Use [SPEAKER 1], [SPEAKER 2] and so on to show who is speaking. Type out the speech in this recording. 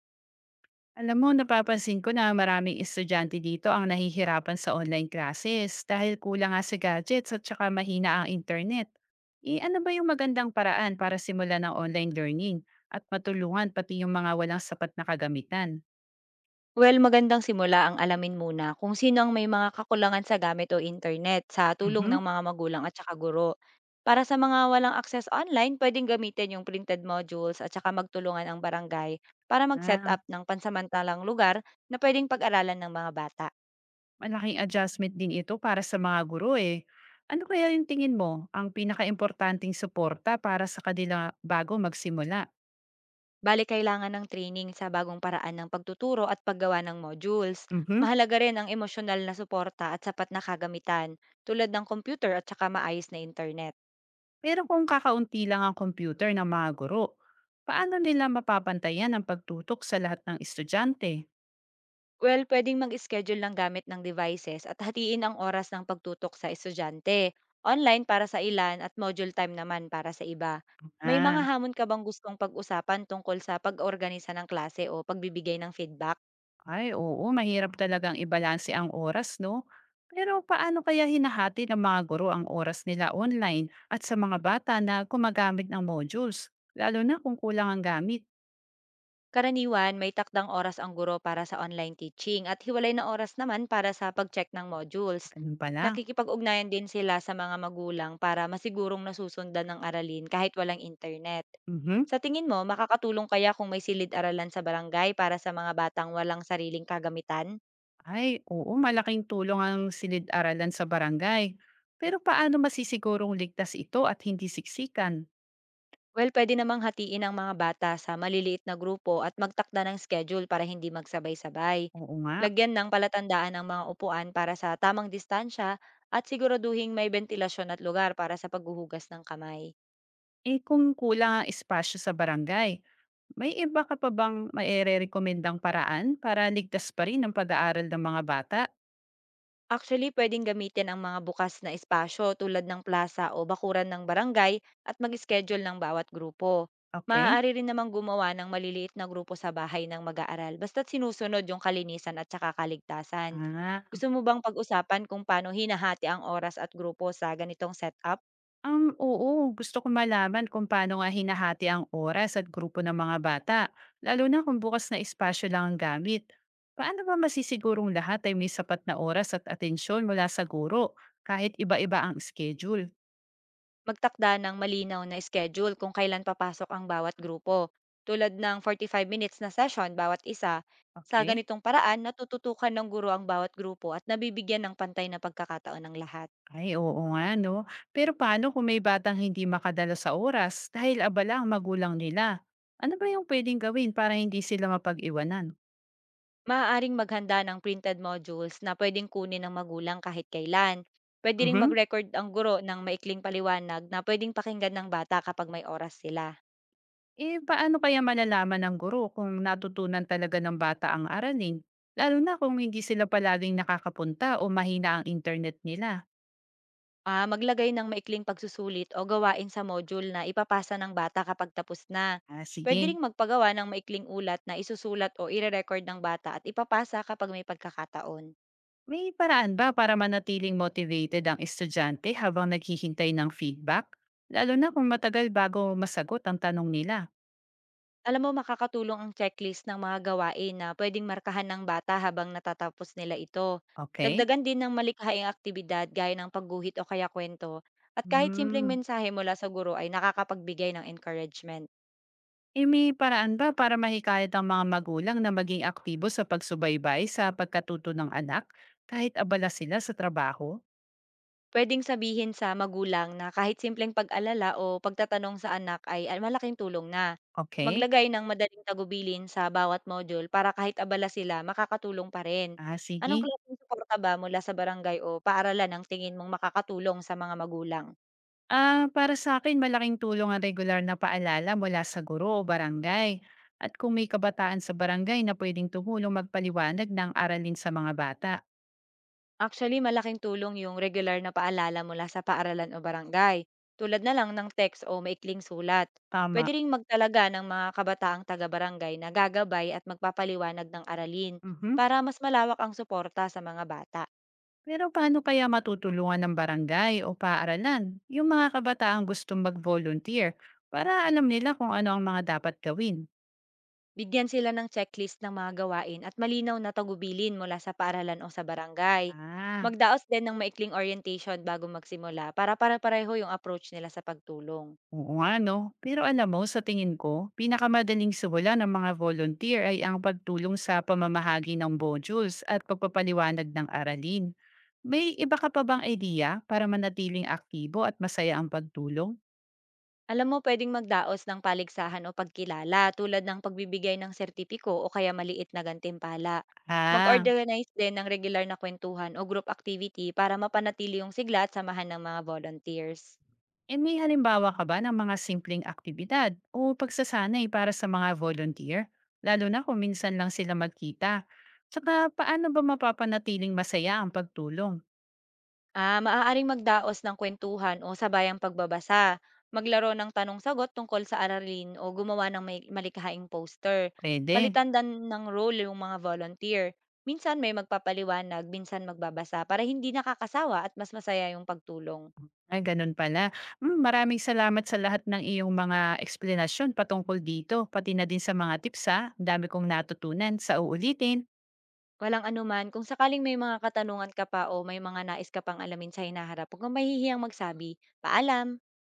[SPEAKER 1] Alam mo, napapansin ko na maraming estudyante dito ang nahihirapan sa online classes dahil kulang nga sa gadgets at saka mahina ang internet. Eh, ano ba yung magandang paraan para simulan ng online learning at matulungan pati yung mga walang sapat na kagamitan?
[SPEAKER 2] Well, magandang simula ang alamin muna kung sino ang may mga kakulangan sa gamit o internet sa tulong
[SPEAKER 1] Mhm.
[SPEAKER 2] ng mga magulang at saka guro. Para sa mga walang access online, pwedeng gamitin yung printed modules at saka magtulungan ang barangay para mag-set
[SPEAKER 1] Ah,
[SPEAKER 2] up ng pansamantalang lugar na pwedeng pag-aralan ng mga bata.
[SPEAKER 1] malaking adjustment din ito para sa mga guro eh. Ano kaya yung tingin mo ang pinaka suporta para sa kanila bago magsimula?
[SPEAKER 2] Bali, kailangan ng training sa bagong paraan ng pagtuturo at paggawa ng modules.
[SPEAKER 1] Mhm.
[SPEAKER 2] Mahalaga rin ang emosyonal na suporta at sapat na kagamitan tulad ng computer at saka maayos na internet.
[SPEAKER 1] Pero kung kakaunti lang ang computer ng mga guro, paano nila mapapantayan ang pagtutok sa lahat ng estudyante?
[SPEAKER 2] Well, pwedeng mag-schedule ng gamit ng devices at hatiin ang oras ng pagtutok sa estudyante. Online para sa ilan at module time naman para sa iba. May mga
[SPEAKER 1] Ah,
[SPEAKER 2] hamon ka bang gustong pag-usapan tungkol sa pag-organisa ng klase o pagbibigay ng feedback?
[SPEAKER 1] ay oo, mahirap talagang ibalanse ang oras, no? Pero paano kaya hinahati ng mga guro ang oras nila online at sa mga bata na gumagamit ng modules? Lalo na kung kulang ang gamit.
[SPEAKER 2] Karaniwan, may takdang oras ang guro para sa online teaching at hiwalay na oras naman para sa pag-check ng modules.
[SPEAKER 1] Ganun pala.
[SPEAKER 2] Nakikipag-ugnayan din sila sa mga magulang para masigurong nasusundan ng aralin kahit walang internet.
[SPEAKER 1] Mhm.
[SPEAKER 2] Sa tingin mo, makakatulong kaya kung may silid-aralan sa barangay para sa mga batang walang sariling kagamitan?
[SPEAKER 1] Ay, oo, malaking tulong ang silid-aralan sa barangay. Pero paano masisigurong ligtas ito at hindi siksikan?
[SPEAKER 2] Well, pwede namang hatiin ang mga bata sa maliliit na grupo at magtakda ng schedule para hindi magsabay-sabay.
[SPEAKER 1] Oo nga.
[SPEAKER 2] Lagyan ng palatandaan ang mga upuan para sa tamang distansya at siguraduhing may bentilasyon at lugar para sa paghuhugas ng kamay.
[SPEAKER 1] Eh, kung kulang ang espasyo sa barangay, may iba ka pa bang maire-rekomendang paraan para ligtas pa rin ang pag-aaral ng mga bata?
[SPEAKER 2] Actually, pwedeng gamitin ang mga bukas na espasyo tulad ng plaza o bakuran ng barangay at mag-schedule ng bawat grupo.
[SPEAKER 1] Okay?
[SPEAKER 2] Maaari rin namang gumawa ng maliliit na grupo sa bahay ng mag-aaral basta't sinusunod yung kalinisan at saka kaligtasan.
[SPEAKER 1] Ah,
[SPEAKER 2] Gusto mo bang pag-usapan kung paano hinahati ang oras at grupo sa ganitong setup?
[SPEAKER 1] oo, gusto ko malaman kung paano nga hinahati ang oras at grupo ng mga bata, lalo na kung bukas na espasyo lang ang gamit. Paano ba masisigurong lahat ay may sapat na oras at atensyon mula sa guro kahit iba-iba ang schedule?
[SPEAKER 2] Magtakda ng malinaw na schedule kung kailan papasok ang bawat grupo, tulad ng 45 minutes na session bawat isa. Sa
[SPEAKER 1] Okay?
[SPEAKER 2] ganitong paraan, natututukan ng guro ang bawat grupo at nabibigyan ng pantay na pagkakataon ng lahat.
[SPEAKER 1] Ay, oo nga, no? Pero paano kung may batang hindi makadala sa oras dahil abala ang magulang nila? Ano ba yung pwedeng gawin para hindi sila mapag-iwanan?
[SPEAKER 2] Maaaring maghanda ng printed modules na pwedeng kunin ng magulang kahit kailan. Pwede ring
[SPEAKER 1] Mhm.
[SPEAKER 2] mag-record ang guro ng maikling paliwanag na pwedeng pakinggan ng bata kapag may oras sila.
[SPEAKER 1] Eh, paano kaya malalaman ng guro kung natutunan talaga ng bata ang aralin? Lalo na kung hindi sila palaging nakakapunta o mahina ang internet nila.
[SPEAKER 2] Ah, maglagay ng maikling pagsusulit o gawain sa module na ipapasa ng bata kapag tapos na.
[SPEAKER 1] Ah,
[SPEAKER 2] Pwede
[SPEAKER 1] sige.
[SPEAKER 2] ring magpagawa ng maikling ulat na isusulat o ire-record ng bata at ipapasa kapag may pagkakataon.
[SPEAKER 1] May paraan ba para manatiling motivated ang estudyante habang naghihintay ng feedback? Lalo na kung matagal bago masagot ang tanong nila.
[SPEAKER 2] Alam mo, makakatulong ang checklist ng mga gawain na pwedeng markahan ng bata habang natatapos nila ito.
[SPEAKER 1] Okay?
[SPEAKER 2] Dagdagan din ng malikhaing aktibidad gaya ng pagguhit o kaya kwento. At kahit simpleng
[SPEAKER 1] Hmm.
[SPEAKER 2] mensahe mula sa guro ay nakakapagbigay ng encouragement.
[SPEAKER 1] Eh, may paraan ba para mahikayat ang mga magulang na maging aktibo sa pagsubaybay sa pagkatuto ng anak kahit abala sila sa trabaho?
[SPEAKER 2] Puwedeng sabihin sa magulang na kahit simpleng pag-alala o pagtatanong sa anak ay ah, malaking tulong na.
[SPEAKER 1] Okay.
[SPEAKER 2] Maglagay ng madaling tagubilin sa bawat module para kahit abala sila, makakatulong pa rin.
[SPEAKER 1] Ah,
[SPEAKER 2] Anong
[SPEAKER 1] sige.
[SPEAKER 2] klaseng suporta ba mula sa barangay o paaralan ang tingin mong makakatulong sa mga magulang?
[SPEAKER 1] Ah, para sa akin, malaking tulong ang regular na paalala mula sa guro o barangay. At kung may kabataan sa barangay na pwedeng tumulong magpaliwanag ng aralin sa mga bata.
[SPEAKER 2] Actually, malaking tulong yung regular na paalala mula sa paaralan o barangay, tulad na lang ng text o maikling sulat.
[SPEAKER 1] Tama.
[SPEAKER 2] Pwede ring magtalaga ng mga kabataang taga-barangay na gagabay at magpapaliwanag ng aralin
[SPEAKER 1] Mhm.
[SPEAKER 2] para mas malawak ang suporta sa mga bata.
[SPEAKER 1] Pero paano kaya matutulungan ng barangay o paaralan yung mga kabataang gustong mag-volunteer para alam nila kung ano ang mga dapat gawin?
[SPEAKER 2] Bigyan sila ng checklist ng mga gawain at malinaw na tagubilin mula sa paaralan o sa barangay.
[SPEAKER 1] Ah,
[SPEAKER 2] Magdaos din ng maikling orientation bago magsimula para para pareho yung approach nila sa pagtulong.
[SPEAKER 1] oo nga no. Pero alam mo, sa tingin ko, pinakamadaling simula ng mga volunteer ay ang pagtulong sa pamamahagi ng modules at pagpapaliwanag ng aralin. May iba ka pa bang idea para manatiling aktibo at masaya ang pagtulong?
[SPEAKER 2] Alam mo, pwedeng magdaos ng paligsahan o pagkilala tulad ng pagbibigay ng sertipiko o kaya maliit na gantimpala.
[SPEAKER 1] Ah,
[SPEAKER 2] Mag-organize din ng regular na kwentuhan o group activity para mapanatili yung sigla at samahan ng mga volunteers.
[SPEAKER 1] e may halimbawa ka ba ng mga simpleng aktibidad o pagsasanay para sa mga volunteer? Lalo na kung minsan lang sila magkita. Tsaka paano ba mapapanatiling masaya ang pagtulong?
[SPEAKER 2] Ah, maaaring magdaos ng kwentuhan o sabayang pagbabasa, maglaro ng tanong-sagot tungkol sa aralin o gumawa ng may malikhaing poster.
[SPEAKER 1] Pwede.
[SPEAKER 2] Palitan din ng role yung mga volunteer. Minsan may magpapaliwanag, minsan magbabasa para hindi nakakasawa at mas masaya yung pagtulong.
[SPEAKER 1] Ay, ganun pala. Hmm, maraming salamat sa lahat ng iyong mga eksplanasyon patungkol dito, pati na din sa mga tips, ha. Ang dami kong natutunan. Sa uulitin.
[SPEAKER 2] Walang anuman. Kung sakaling may mga katanungan ka pa o may mga nais ka pang alamin sa hinaharap, huwag kang mahihiyang magsabi. Paalam!